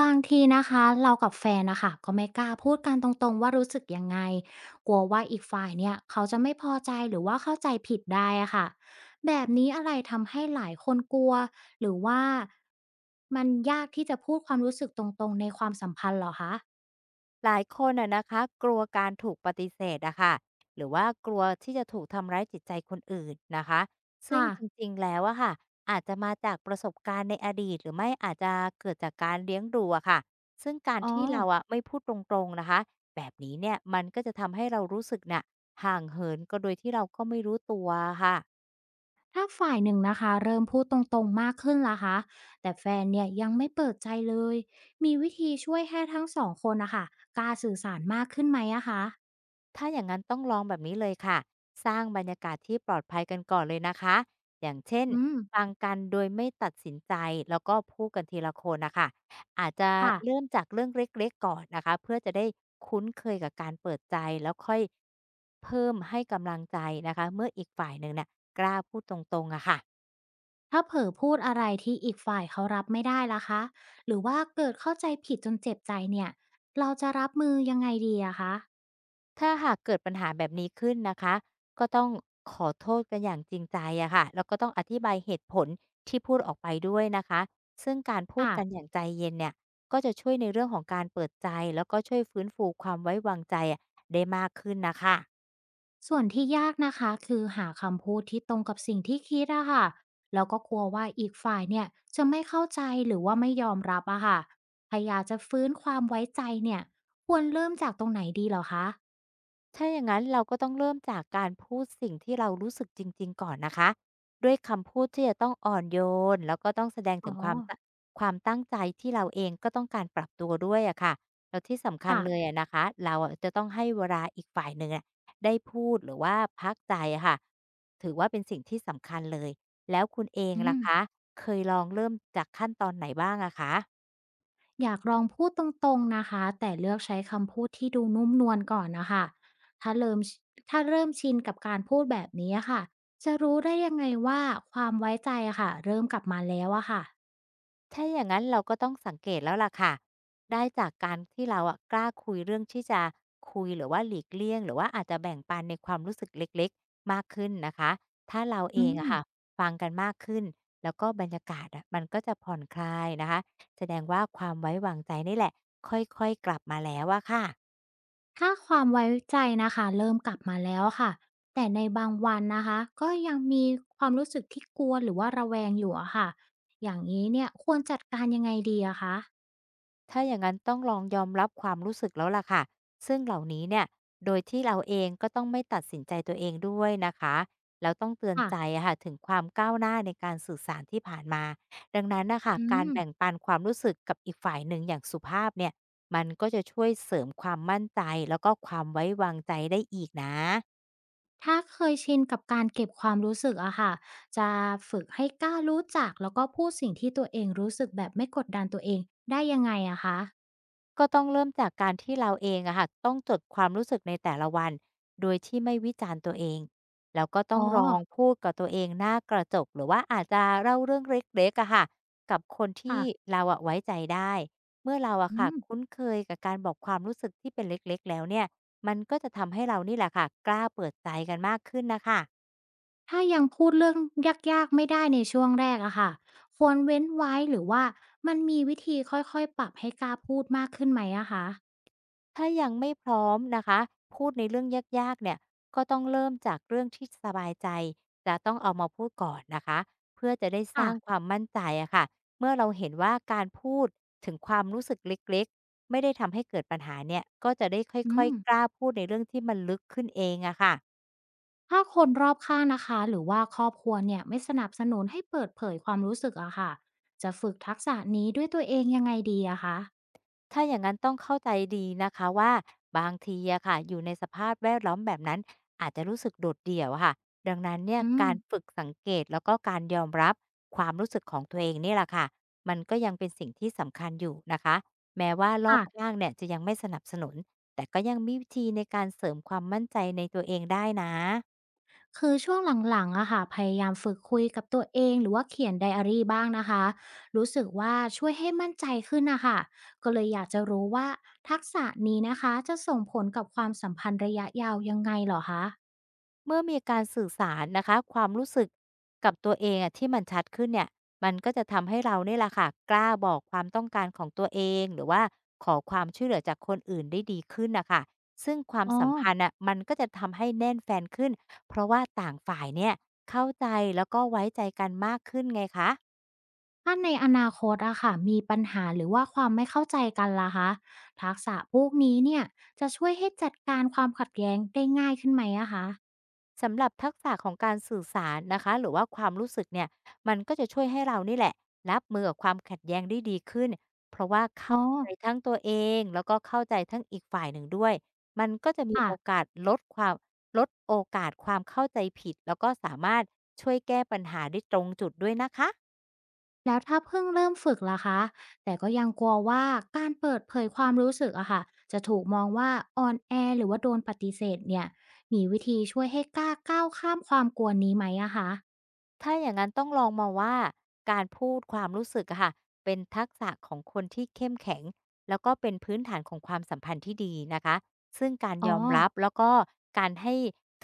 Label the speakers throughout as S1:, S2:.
S1: บางทีนะคะเรากับแฟนนะคะก็ไม่กล้าพูดกันตรงๆว่ารู้สึกยังไงกลัวว่าอีกฝ่ายเนี่ยเขาจะไม่พอใจหรือว่าเข้าใจผิดได้อะค่ะแบบนี้อะไรทำให้หลายคนกลัวหรือว่ามันยากที่จะพูดความรู้สึกตรงๆในความสัมพันธ์เหรอคะ
S2: หลายคนอะนะคะกลัวการถูกปฏิเสธอะค่ะหรือว่ากลัวที่จะถูกทำร้ายจิตใจคนอื่นนะคะซึ่ง
S1: ค่ะ
S2: จริงๆ แล้วอะค่ะอาจจะมาจากประสบการณ์ในอดีตหรือไม่อาจจะเกิดจากการเลี้ยงดูอะค่ะซึ่งการ
S1: อ๋อ
S2: ที่เราอะไม่พูดตรงๆ นะคะแบบนี้เนี่ยมันก็จะทำให้เรารู้สึกน่ะห่างเหินก็โดยที่เราก็ไม่รู้ตัวค่ะ
S1: ถ้าฝ่ายหนึ่งนะคะเริ่มพูดตรงๆมากขึ้นล่ะคะแต่แฟนเนี่ยยังไม่เปิดใจเลยมีวิธีช่วยให้ทั้งสองคนนะคะกล้าสื่อสารมากขึ้นไหมอะคะ
S2: ถ้าอย่างนั้นต้องลองแบบนี้เลยค่ะ สร้างบรรยากาศที่ปลอดภัยกันก่อนเลยนะคะ อย่างเช่น
S1: อืม
S2: ฟังกันโดยไม่ตัดสินใจ แล้วก็พูดกันทีละคนนะคะอาจจะ
S1: ค่ะ
S2: เริ่มจากเรื่องเล็กๆก่อนนะคะเพื่อจะได้คุ้นเคยกับการเปิดใจแล้วค่อยเพิ่มให้กำลังใจนะคะเมื่ออีกฝ่ายหนึ่งเนี่ยกล้าพูดตรงๆอะค่ะ
S1: ถ้าเผลอพูดอะไรที่อีกฝ่ายเขารับไม่ได้ล่ะคะหรือว่าเกิดเข้าใจผิดจนเจ็บใจเนี่ยเราจะรับมือยังไงดีอะคะ
S2: ถ้าหากเกิดปัญหาแบบนี้ขึ้นนะคะก็ต้องขอโทษกันอย่างจริงใจอะค่ะแล้วก็ต้องอธิบายเหตุผลที่พูดออกไปด้วยนะคะซึ่งการพูด
S1: ค่ะ
S2: กันอย่างใจเย็นเนี่ยก็จะช่วยในเรื่องของการเปิดใจแล้วก็ช่วยฟื้นฟูความไว้วางใจอะได้มากขึ้นนะคะ
S1: ส่วนที่ยากนะคะคือหาคำพูดที่ตรงกับสิ่งที่คิดอะค่ะแล้วก็กลัวว่าอีกฝ่ายเนี่ยจะไม่เข้าใจหรือว่าไม่ยอมรับอะค่ะถ้าอยากจะฟื้นความไว้ใจเนี่ยควรเริ่มจากตรงไหนดีเหรอคะ
S2: ถ้าอย่างนั้นเราก็ต้องเริ่มจากการพูดสิ่งที่เรารู้สึกจริงๆก่อนนะคะ ด้วยคำพูดที่จะต้องอ่อนโยนแล้วก็ต้องแสดง
S1: อ๋
S2: ถึ
S1: อ
S2: งความตั้งใจที่เราเองก็ต้องการปรับตัวด้วยอะค่ะ แล้วที่สำคัญ
S1: ค่ะ
S2: เลยอะนะคะ เราอะจะต้องให้เวลาอีกฝ่ายหนึ่งอะได้พูดหรือว่าพักใจอะค่ะถือว่าเป็นสิ่งที่สำคัญเลย แล้วคุณเอง
S1: อื
S2: ล่ะ
S1: ม
S2: คะเคยลองเริ่มจากขั้นตอนไหนบ้างอะคะ
S1: อยากลองพูดตรงๆนะคะแต่เลือกใช้คำพูดที่ดูนุ่มนวลก่อนนะคะถ้าเริ่มถ้าเริ่มชินกับการพูดแบบนี้อะค่ะจะรู้ได้ยังไงว่าความไว้ใจอะค่ะเริ่มกลับมาแล้วอะค่ะ
S2: ถ้าอย่างนั้นเราก็ต้องสังเกตแล้วล่ะค่ะได้จากการที่เราอะกล้าคุยเรื่องที่จะคุยหรือว่าหลีกเลี่ยงหรือว่าอาจจะแบ่งปันในความรู้สึกเล็กๆมากขึ้นนะคะถ้าเราเอ
S1: อื
S2: ง
S1: ม
S2: อะค่ะฟังกันมากขึ้นแล้วก็บรรยากาศอะมันก็จะผ่อนคลายนะคะแสดงว่าความไว้วางใจนี่แหละค่อยๆกลับมาแล้วอะค่ะ
S1: ถ้าความไว้ใจนะคะเริ่มกลับมาแล้วอะค่ะแต่ในบางวันนะคะก็ยังมีความรู้สึกที่กลัวหรือว่าระแวงอยู่อะค่ะอย่างนี้เนี่ยควรจัดการยังไงดีอะคะ
S2: ถ้าอย่างนั้นต้องลองยอมรับความรู้สึกแล้วล่ะค่ะ ซึ่งเหล่านี้เนี่ยโดยที่เราเองก็ต้องไม่ตัดสินใจตัวเองด้วยนะคะ แล้วต้องเตือน
S1: ค่ะ
S2: ใจอะค่ะถึงความก้าวหน้าในการสื่อสารที่ผ่านมาดังนั้นนะคะ
S1: อื
S2: การ
S1: ม
S2: แบ่งปันความรู้สึกกับอีกฝ่ายหนึ่งอย่างสุภาพเนี่ย มันก็จะช่วยเสริมความมั่นใจแล้วก็ความไว้วางใจได้อีกนะ
S1: ถ้าเคยชินกับการเก็บความรู้สึกอะค่ะจะฝึกให้กล้ารู้จักแล้วก็พูดสิ่งที่ตัวเองรู้สึกแบบไม่กดดันตัวเองได้ยังไงอะคะ
S2: ก็ต้องเริ่มจากการที่เราเองอะค่ะต้องจดความรู้สึกในแต่ละวันโดยที่ไม่วิจารณ์ตัวเองแล้วก็ต้อ
S1: อ๋อ
S2: งลองพูดกับตัวเองหน้ากระจกหรือว่าอาจจะเล่าเรื่องเล็กๆอะค่ะกับคนที่
S1: ค่ะ
S2: เราอะไว้ใจได้เมื่อเราอะ
S1: อื
S2: ค่ะ
S1: ม
S2: คุ้นเคยกับการบอกความรู้สึกที่เป็นเล็กๆแล้วเนี่ยมันก็จะทำให้เรานี่แหละค่ะกล้าเปิดใจกันมากขึ้นนะคะ
S1: ถ้ายังพูดเรื่องยากๆไม่ได้ในช่วงแรกอะค่ะควรเว้นไว้หรือว่ามันมีวิธีค่อยๆปรับให้กล้าพูดมากขึ้นไหมอะคะ
S2: ถ้ายังไม่พร้อมนะคะพูดในเรื่องยากๆเนี่ยก็ต้องเริ่มจากเรื่องที่สบายใจจะต้องเอามาพูดก่อนนะคะเพื่อจะได้ส
S1: ค่ะ
S2: ร้างความมั่นใจอะค่ะเมื่อเราเห็นว่าการพูดถึงความรู้สึกเล็กๆไม่ได้ทำให้เกิดปัญหาเนี่ยก็จะได้ค่
S1: อื
S2: อย
S1: ม
S2: ๆกล้าพูดในเรื่องที่มันลึกขึ้นเองอะค่ะ
S1: ถ้าคนรอบข้างนะคะหรือว่าครอบครัวเนี่ยไม่สนับสนุนให้เปิดเผยความรู้สึกอะค่ะจะฝึกทักษะนี้ด้วยตัวเองยังไงดีอะคะ
S2: ถ้าอย่างนั้นต้องเข้าใจดีนะคะว่าบางทีอะค่ะอยู่ในสภาพแวดล้อมแบบนั้นอาจจะรู้สึกโดดเดี่ยวอะค่ะดังนั้นเนี่ย
S1: อืม
S2: การฝึกสังเกตแล้วก็การยอมรับความรู้สึกของตัวเองนี่แหละค่ะมันก็ยังเป็นสิ่งที่สำคัญอยู่นะคะแม้ว่ารอบ
S1: ค่ะ
S2: ข้างเนี่ยจะยังไม่สนับสนุนแต่ก็ยังมีวิธีในการเสริมความมั่นใจในตัวเองได้นะ
S1: คือช่วงหลังๆอะค่ะพยายามฝึกคุยกับตัวเองหรือว่าเขียนไดอารีบ้างนะคะรู้สึกว่าช่วยให้มั่นใจขึ้นนะค่ะก็เลยอยากจะรู้ว่าทักษะนี้นะคะจะส่งผลกับความสัมพันธ์ระยะยาวยังไงเหรอคะ
S2: เมื่อมีการสื่อสารนะคะความรู้สึกกับตัวเองอะที่มันชัดขึ้นเนี่ยมันก็จะทำให้เราเนี่ยแหละค่ะกล้าบอกความต้องการของตัวเองหรือว่าขอความช่วยเหลือจากคนอื่นได้ดีขึ้นนะค่ะซึ่งความ
S1: อ๋อ
S2: สัมพันธ์อ่ะมันก็จะทำให้แน่นแฟ้นขึ้นเพราะว่าต่างฝ่ายเนี่ยเข้าใจแล้วก็ไว้ใจกันมากขึ้นไงคะ
S1: ถ้าในอนาคตอะค่ะมีปัญหาหรือว่าความไม่เข้าใจกันล่ะคะทักษะพวกนี้เนี่ยจะช่วยให้จัดการความขัดแย้งได้ง่ายขึ้นไหมอะคะ
S2: สำหรับทักษะของการสื่อสารนะคะหรือว่าความรู้สึกเนี่ยมันก็จะช่วยให้เรานี่แหละรับมือกับความขัดแย้งได้ดีขึ้นเพราะว่าเข้า
S1: อ๋อ
S2: ใจทั้งตัวเองแล้วก็เข้าใจทั้งอีกฝ่ายหนึ่งด้วยมันก็จะมี
S1: ค่ะ
S2: โอกาสลดความลดโอกาสความเข้าใจผิดแล้วก็สามารถช่วยแก้ปัญหาได้ตรงจุดด้วยนะคะ
S1: แล้วถ้าเพิ่งเริ่มฝึกล่ะคะแต่ก็ยังกลัวว่าการเปิดเผยความรู้สึกอะค่ะจะถูกมองว่าอ่อนแอหรือว่าโดนปฏิเสธเนี่ยมีวิธีช่วยให้กล้าก้าวข้ามความกลัวนี้ไหมอะคะ
S2: ถ้าอย่างนั้นต้องลองมาว่าการพูดความรู้สึกอะค่ะเป็นทักษะของคนที่เข้มแข็งแล้วก็เป็นพื้นฐานของความสัมพันธ์ที่ดีนะคะซึ่งการ
S1: อ๋อ
S2: ยอมรับแล้วก็การให้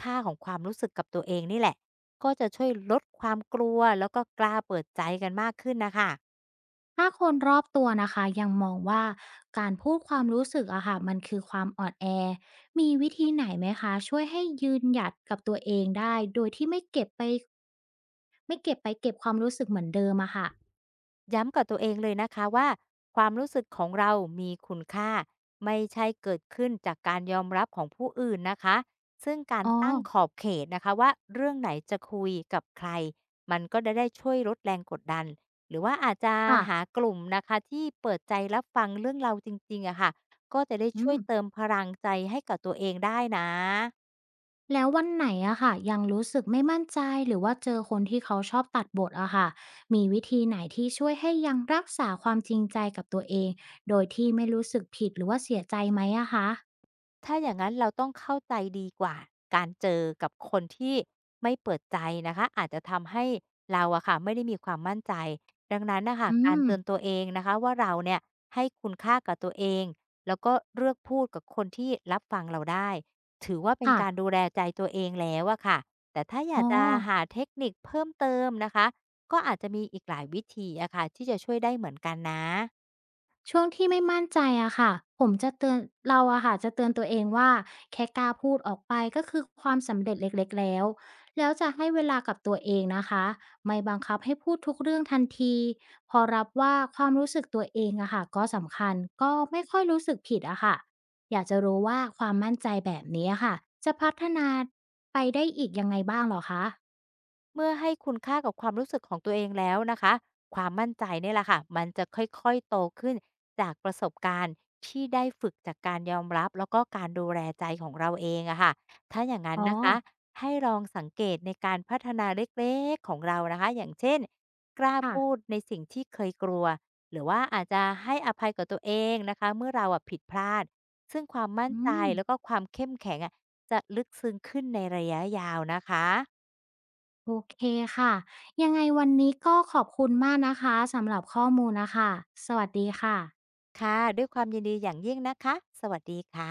S2: ค่าของความรู้สึกกับตัวเองนี่แหละก็จะช่วยลดความกลัวแล้วก็กล้าเปิดใจกันมากขึ้นนะคะ
S1: ถ้าคนรอบตัวนะคะยังมองว่าการพูดความรู้สึกอะค่ะมันคือความอ่อนแอมีวิธีไหนไหมคะช่วยให้ยืนหยัดกับตัวเองได้โดยที่ไม่เก็บไปเก็บความรู้สึกเหมือนเดิมอะค่ะ
S2: ย้ำกับตัวเองเลยนะคะว่าความรู้สึกของเรามีคุณค่าไม่ใช่เกิดขึ้นจากการยอมรับของผู้อื่นนะคะซึ่งการ
S1: อ๋อ
S2: ตั้งขอบเขตนะคะว่าเรื่องไหนจะคุยกับใครมันก็จะได้ช่วยลดแรงกดดันหรือว่าอาจจะ
S1: ค่ะ
S2: หากลุ่มนะคะที่เปิดใจรับฟังเรื่องเราจริงๆอะค่ะก็จะได้
S1: อื
S2: ช่ว
S1: ม
S2: ยเติมพลังใจให้กับตัวเองได้นะ
S1: แล้ววันไหนอะค่ะยังรู้สึกไม่มั่นใจหรือว่าเจอคนที่เขาชอบตัดบทอะค่ะมีวิธีไหนที่ช่วยให้ยังรักษาความจริงใจกับตัวเองโดยที่ไม่รู้สึกผิดหรือว่าเสียใจไหมอะคะ
S2: ถ้าอย่างงั้นเราต้องเข้าใจดีกว่าการเจอกับคนที่ไม่เปิดใจนะคะอาจจะทำให้เราอะค่ะไม่ได้มีความมั่นใจดังนั้นน่ะค่ะ
S1: อื
S2: การ
S1: ม
S2: เตือนตัวเองนะคะว่าเราเนี่ยให้คุณค่ากับตัวเองแล้วก็เลือกพูดกับคนที่รับฟังเราได้ถือว่าเป็น
S1: ค่ะ
S2: การดูแลใจตัวเองแล้วอะค่ะแต่ถ้าอยา
S1: อ๋อ
S2: กจะหาเทคนิคเพิ่มเติมนะคะก็อาจจะมีอีกหลายวิธีอะค่ะที่จะช่วยได้เหมือนกันนะ
S1: ช่วงที่ไม่มั่นใจอะค่ะผมจะเตือนเราอะค่ะจะเตือนตัวเองว่าแค่กล้าพูดออกไปก็คือความสำเร็จเล็กๆแล้วแล้วจะให้เวลากับตัวเองนะคะไม่บังคับให้พูดทุกเรื่องทันทีพอรับว่าความรู้สึกตัวเองอะค่ะก็สำคัญก็ไม่ค่อยรู้สึกผิดอะค่ะอยากจะรู้ว่าความมั่นใจแบบนี้อะค่ะจะพัฒนาไปได้อีกยังไงบ้างเหรอคะ
S2: เมื่อให้คุณค่ากับความรู้สึกของตัวเองแล้วนะคะความมั่นใจเนี่ยแหละค่ะมันจะค่อยๆโตขึ้นจากประสบการณ์ที่ได้ฝึกจากการยอมรับแล้วก็การดูแลใจของเราเองอะค่ะถ้าอย่างนั้น
S1: อ๋อ
S2: นะคะให้ลองสังเกตในการพัฒนาเล็กๆของเรานะคะอย่างเช่นกล้า
S1: ค่ะ
S2: พูดในสิ่งที่เคยกลัวหรือว่าอาจจะให้อภัยกับตัวเองนะคะเมื่อเราอะผิดพลาดซึ่งความมั่น
S1: อื
S2: ใจ
S1: ม
S2: แล้วก็ความเข้มแข็งอะจะลึกซึ้งขึ้นในระยะยาวนะคะ
S1: โอเคค่ะยังไงวันนี้ก็ขอบคุณมากนะคะสำหรับข้อมูลนะคะสวัสดีค่ะ
S2: ค่ะ ด้วยความยินดีอย่างยิ่งนะคะ สวัสดีค่ะ